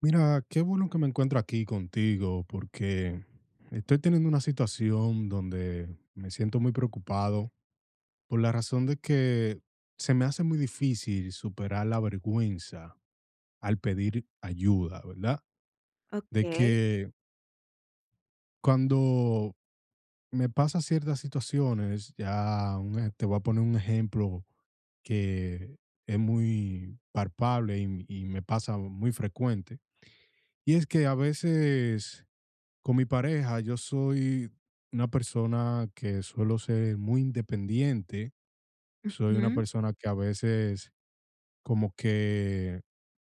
Mira, qué bueno que me encuentro aquí contigo porque estoy teniendo una situación donde me siento muy preocupado por la razón de que se me hace muy difícil superar la vergüenza al pedir ayuda, ¿verdad? De Okey. que cuando me pasa ciertas situaciones, ya te voy a poner un ejemplo que es muy palpable y me pasa muy frecuente. Y es que a veces con mi pareja yo soy una persona que suelo ser muy independiente, soy una persona que a veces como que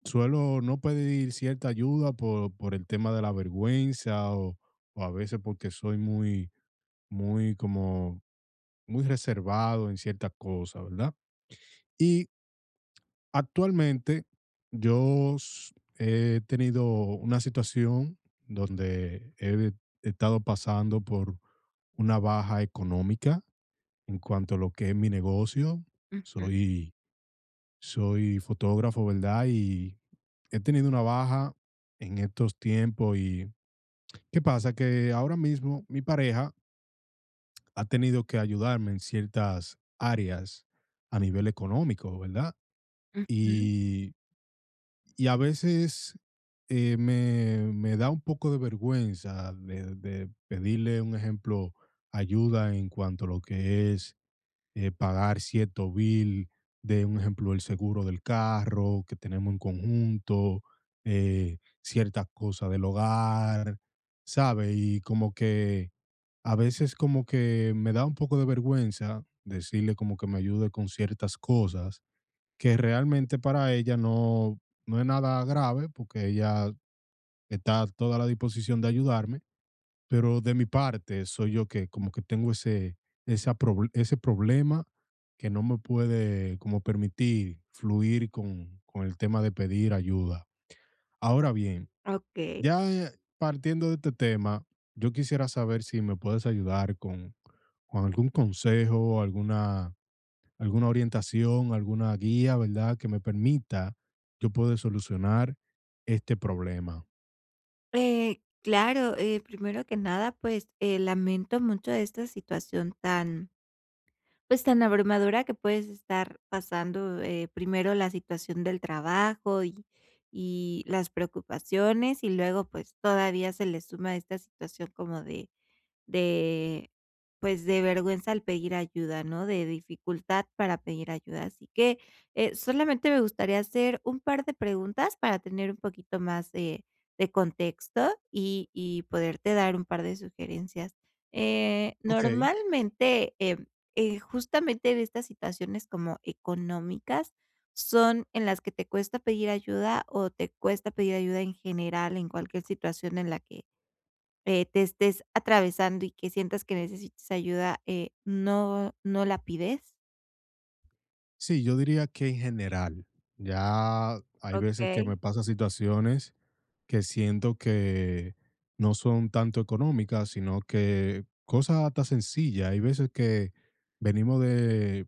suelo no pedir cierta ayuda por el tema de la vergüenza o a veces porque soy muy, muy como muy reservado en ciertas cosas, ¿verdad? Y actualmente yo he tenido una situación donde he estado pasando por una baja económica en cuanto a lo que es mi negocio. Ujú, Soy soy fotógrafo, ¿verdad? Y he tenido una baja en estos tiempos y ¿qué pasa? Que ahora mismo mi pareja ha tenido que ayudarme en ciertas áreas a nivel económico, ¿verdad? ujú. Y, y a veces me da un poco de vergüenza de pedirle, un ejemplo, ayuda en cuanto a lo que es pagar cierto bill de, un ejemplo, el seguro del carro que tenemos en conjunto, ciertas cosas del hogar, ¿sabe? Y como que a veces como que me da un poco de vergüenza decirle como que me ayude con ciertas cosas que realmente para ella no, no es nada grave porque ella está a toda la disposición de ayudarme, pero de mi parte soy yo que como que tengo ese problema que no me puede como permitir fluir con el tema de pedir ayuda. Ahora bien, Okey. ya partiendo de este tema, yo quisiera saber si me puedes ayudar con algún consejo, alguna, alguna orientación, alguna guía, ¿verdad? Que me permita yo poder solucionar este problema. Claro, primero que nada, pues, lamento mucho esta situación tan, pues, tan abrumadora que puedes estar pasando, primero la situación del trabajo y las preocupaciones, y luego, pues, todavía se le suma esta situación como de, pues, de vergüenza al pedir ayuda, ¿no? De dificultad para pedir ayuda. Así que, solamente me gustaría hacer un par de preguntas para tener un poquito más de contexto y poderte dar un par de sugerencias. Ok. Normalmente, justamente en estas situaciones como económicas, ¿son en las que te cuesta pedir ayuda o te cuesta pedir ayuda en general en cualquier situación en la que te estés atravesando y que sientas que necesites ayuda, ¿no la pides? Sí, yo diría que en general. Ya hay veces que Okey. me pasan situaciones que siento que no son tanto económicas, sino que cosas hasta sencillas. Hay veces que venimos de,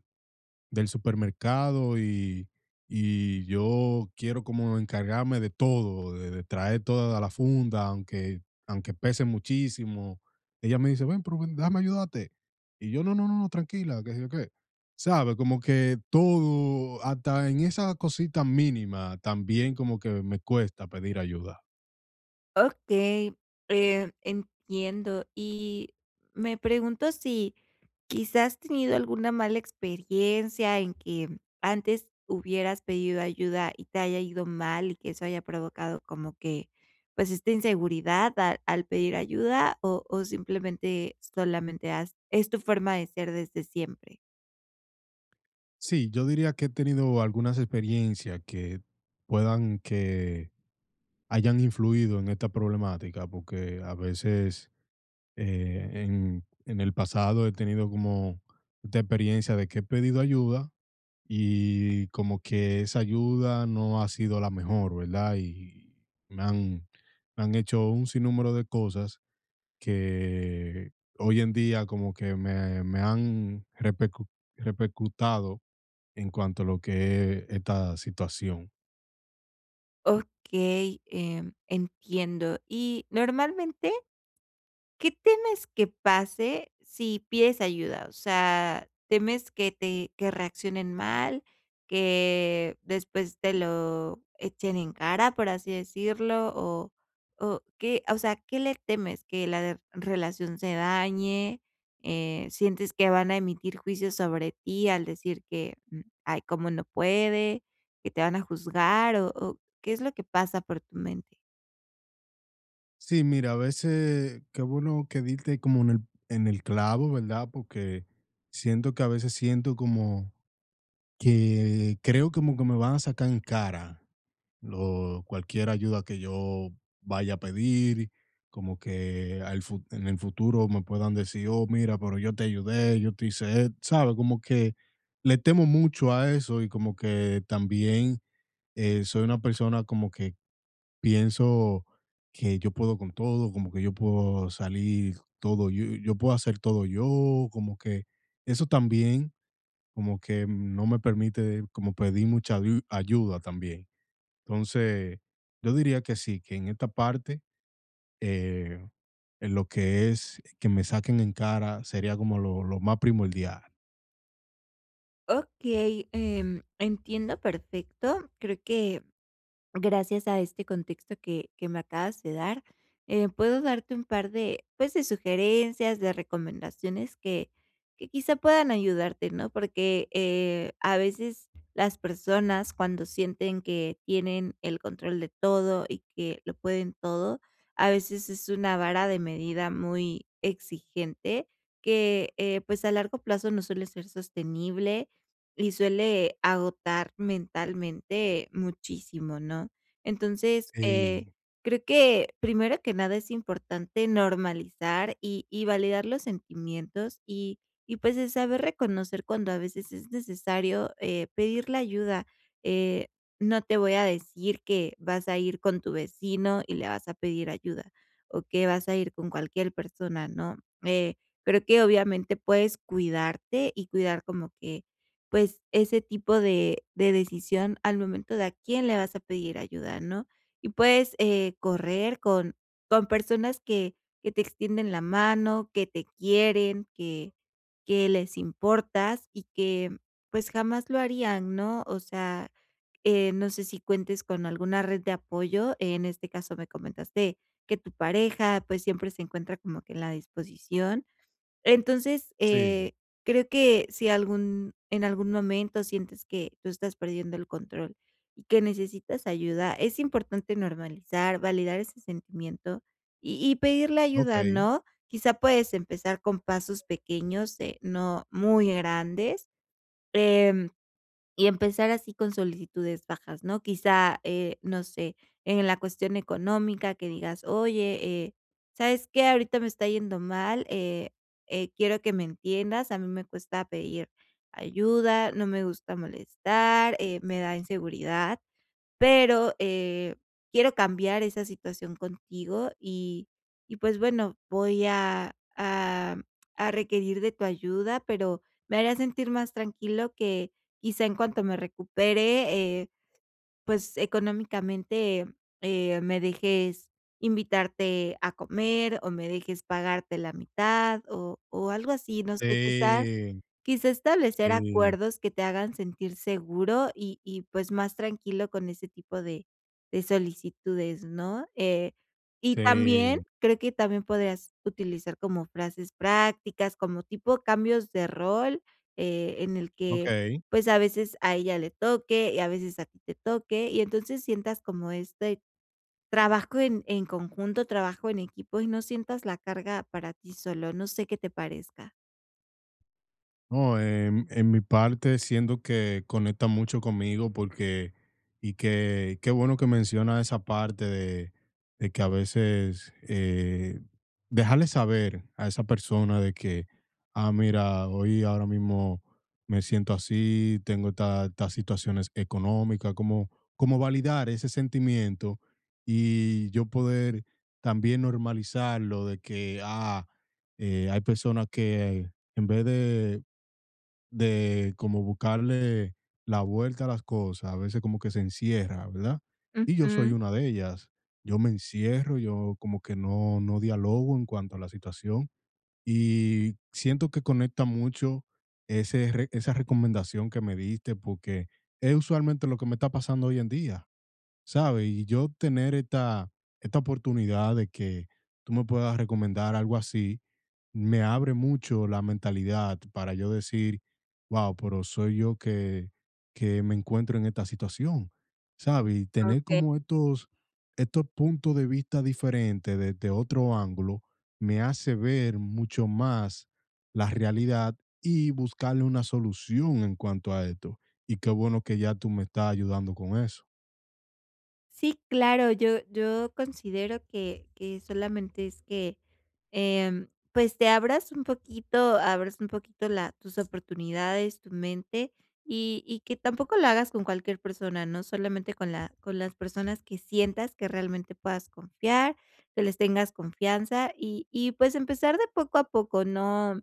del supermercado y yo quiero como encargarme de todo, de traer toda la funda, aunque pese muchísimo. Ella me dice, ven, pero ven, déjame ayudarte. Y yo, no, no, no, no, tranquila, que sé yo qué. ¿Sabe? Como que todo, hasta en esas cositas mínimas, también como que me cuesta pedir ayuda. Okey, entiendo. Y me pregunto si quizás has tenido alguna mala experiencia en que antes hubieras pedido ayuda y te haya ido mal y que eso haya provocado como que, pues, esta inseguridad al pedir ayuda o simplemente solamente has es tu forma de ser desde siempre. Sí, yo diría que he tenido algunas experiencias que puedan que hayan influido en esta problemática, porque a veces en el pasado he tenido como esta experiencia de que he pedido ayuda y como que esa ayuda no ha sido la mejor, ¿verdad? Y me han, me han hecho un sinnúmero de cosas que hoy en día como que me han repercutado en cuanto a lo que es esta situación. Okey, entiendo. Y normalmente, ¿qué temes que pase si pides ayuda? O sea, ¿temes que te que reaccionen mal, que después te lo echen en cara, por así decirlo? O qué, o sea, ¿qué le temes? ¿Que la de relación se dañe? ¿Sientes que van a emitir juicios sobre ti al decir que, mm, ay, cómo no puede, que te van a juzgar? O, ¿qué es lo que pasa por tu mente? Sí, mira, a veces, qué bueno que diste como en el clavo, ¿verdad? Porque siento que a veces siento como que creo como que me van a sacar en cara lo- cualquier ayuda que yo vaya a pedir, como que en el futuro me puedan decir, "Oh, mira, pero yo te ayudé, yo te hice, esto", ¿sabe? Como que le temo mucho a eso y como que también soy una persona como que pienso que yo puedo con todo, como que yo puedo salir todo, yo puedo hacer todo yo, como que eso también como que no me permite como pedir mucha ayuda también. Entonces, yo diría que sí, que en esta parte, eh, en lo que es que me saquen en cara sería como lo más primordial. Okey, entiendo perfecto. Creo que gracias a este contexto que me acabas de dar, puedo darte un par de, pues, de sugerencias, de recomendaciones que quizá puedan ayudarte, ¿no? Porque, a veces las personas cuando sienten que tienen el control de todo y que lo pueden todo, a veces es una vara de medida muy exigente que, pues, a largo plazo no suele ser sostenible y suele agotar mentalmente muchísimo, ¿no? Entonces, Sí, creo que primero que nada es importante normalizar y validar los sentimientos y pues el saber reconocer cuando a veces es necesario pedir la ayuda. Eh, no te voy a decir que vas a ir con tu vecino y le vas a pedir ayuda o que vas a ir con cualquier persona, ¿no? Eh, creo que obviamente puedes cuidarte y cuidar como que pues, ese tipo de decisión al momento de a quién le vas a pedir ayuda, ¿no? Y puedes, correr con personas que te extienden la mano, que te quieren, que les importas y que, pues, jamás lo harían, ¿no? O sea, no sé si cuentes con alguna red de apoyo. En este caso me comentaste que tu pareja, pues, siempre se encuentra como que en la disposición. Entonces, sí, creo que si algún en algún momento sientes que tú estás perdiendo el control y que necesitas ayuda, es importante normalizar, validar ese sentimiento y pedirle ayuda, okey. ¿no? Quizá puedes empezar con pasos pequeños, no muy grandes. Em y empezar así con solicitudes bajas, ¿no? Quizá, no sé, en la cuestión económica que digas: "Oye, ¿sabes qué? Ahorita me está yendo mal, quiero que me entiendas, a mí me cuesta pedir ayuda, no me gusta molestar, me da inseguridad" pero, quiero cambiar esa situación contigo y pues bueno, voy a requerir de tu ayuda, pero me haría sentir más tranquilo que quizá en cuanto me recupere, pues económicamente, me dejes invitarte a comer o me dejes pagarte la mitad o algo así, no sé, quizá Sí, quizá establecer sí, acuerdos que te hagan sentir seguro y, pues, más tranquilo con ese tipo de solicitudes, ¿no? Y también sí, creo que también podrías utilizar como frases prácticas, como tipo cambios de rol, en el que, okey. pues, a veces a ella le toque y a veces a ti te toque, y entonces sientas como este trabajo en conjunto, trabajo en equipo y no sientas la carga para ti solo, no sé qué te parezca. No, en mi parte siento que conecta mucho conmigo porque, y que qué bueno que menciona esa parte de que a veces dejarle saber a esa persona de que, ah, mira, hoy ahora mismo me siento así, tengo estas situaciones económicas, como, como validar ese sentimiento y yo poder también normalizarlo de que, ah, hay personas que en vez de como buscarle la vuelta a las cosas, a veces como que se encierra, ¿verdad? Y yo soy Ujú, una de ellas. Yo me encierro, yo como que no dialogo en cuanto a la situación y siento que conecta mucho esa recomendación que me diste porque es usualmente lo que me está pasando hoy en día. ¿Sabes? Y yo tener esta oportunidad de que tú me puedas recomendar algo así, me abre mucho la mentalidad para yo decir, wow, pero soy yo que me encuentro en esta situación, ¿sabes? Y tener okey. como estos, estos puntos de vista diferentes desde otro ángulo me hace ver mucho más la realidad y buscarle una solución en cuanto a esto. Y qué bueno que ya tú me estás ayudando con eso. Sí, claro, yo considero que solamente es que, pues, te abras un poquito la tus oportunidades, tu mente, y que tampoco lo hagas con cualquier persona, ¿no? Solamente con la con las personas que sientas que realmente puedas confiar, que les tengas confianza y, pues, empezar de poco a poco, no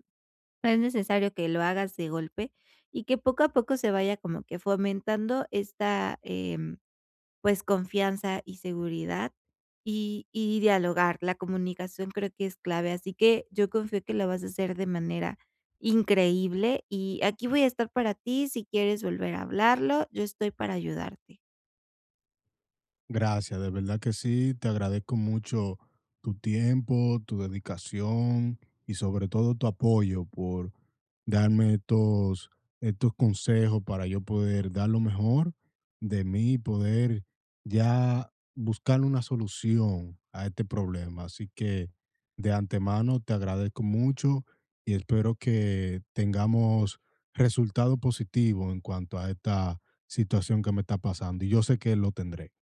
no es necesario que lo hagas de golpe, y que poco a poco se vaya como que fomentando esta, pues, confianza y seguridad, y dialogar. La comunicación creo que es clave, así que yo confío que lo vas a hacer de manera increíble, y aquí voy a estar para ti si quieres volver a hablarlo, yo estoy para ayudarte. Gracias, de verdad que sí, te agradezco mucho tu tiempo, tu dedicación y sobre todo tu apoyo por darme estos consejos para yo poder dar lo mejor de mí y poder ya buscar una solución a este problema. Así que de antemano te agradezco mucho y espero que tengamos resultado positivo en cuanto a esta situación que me está pasando y yo sé que lo tendré.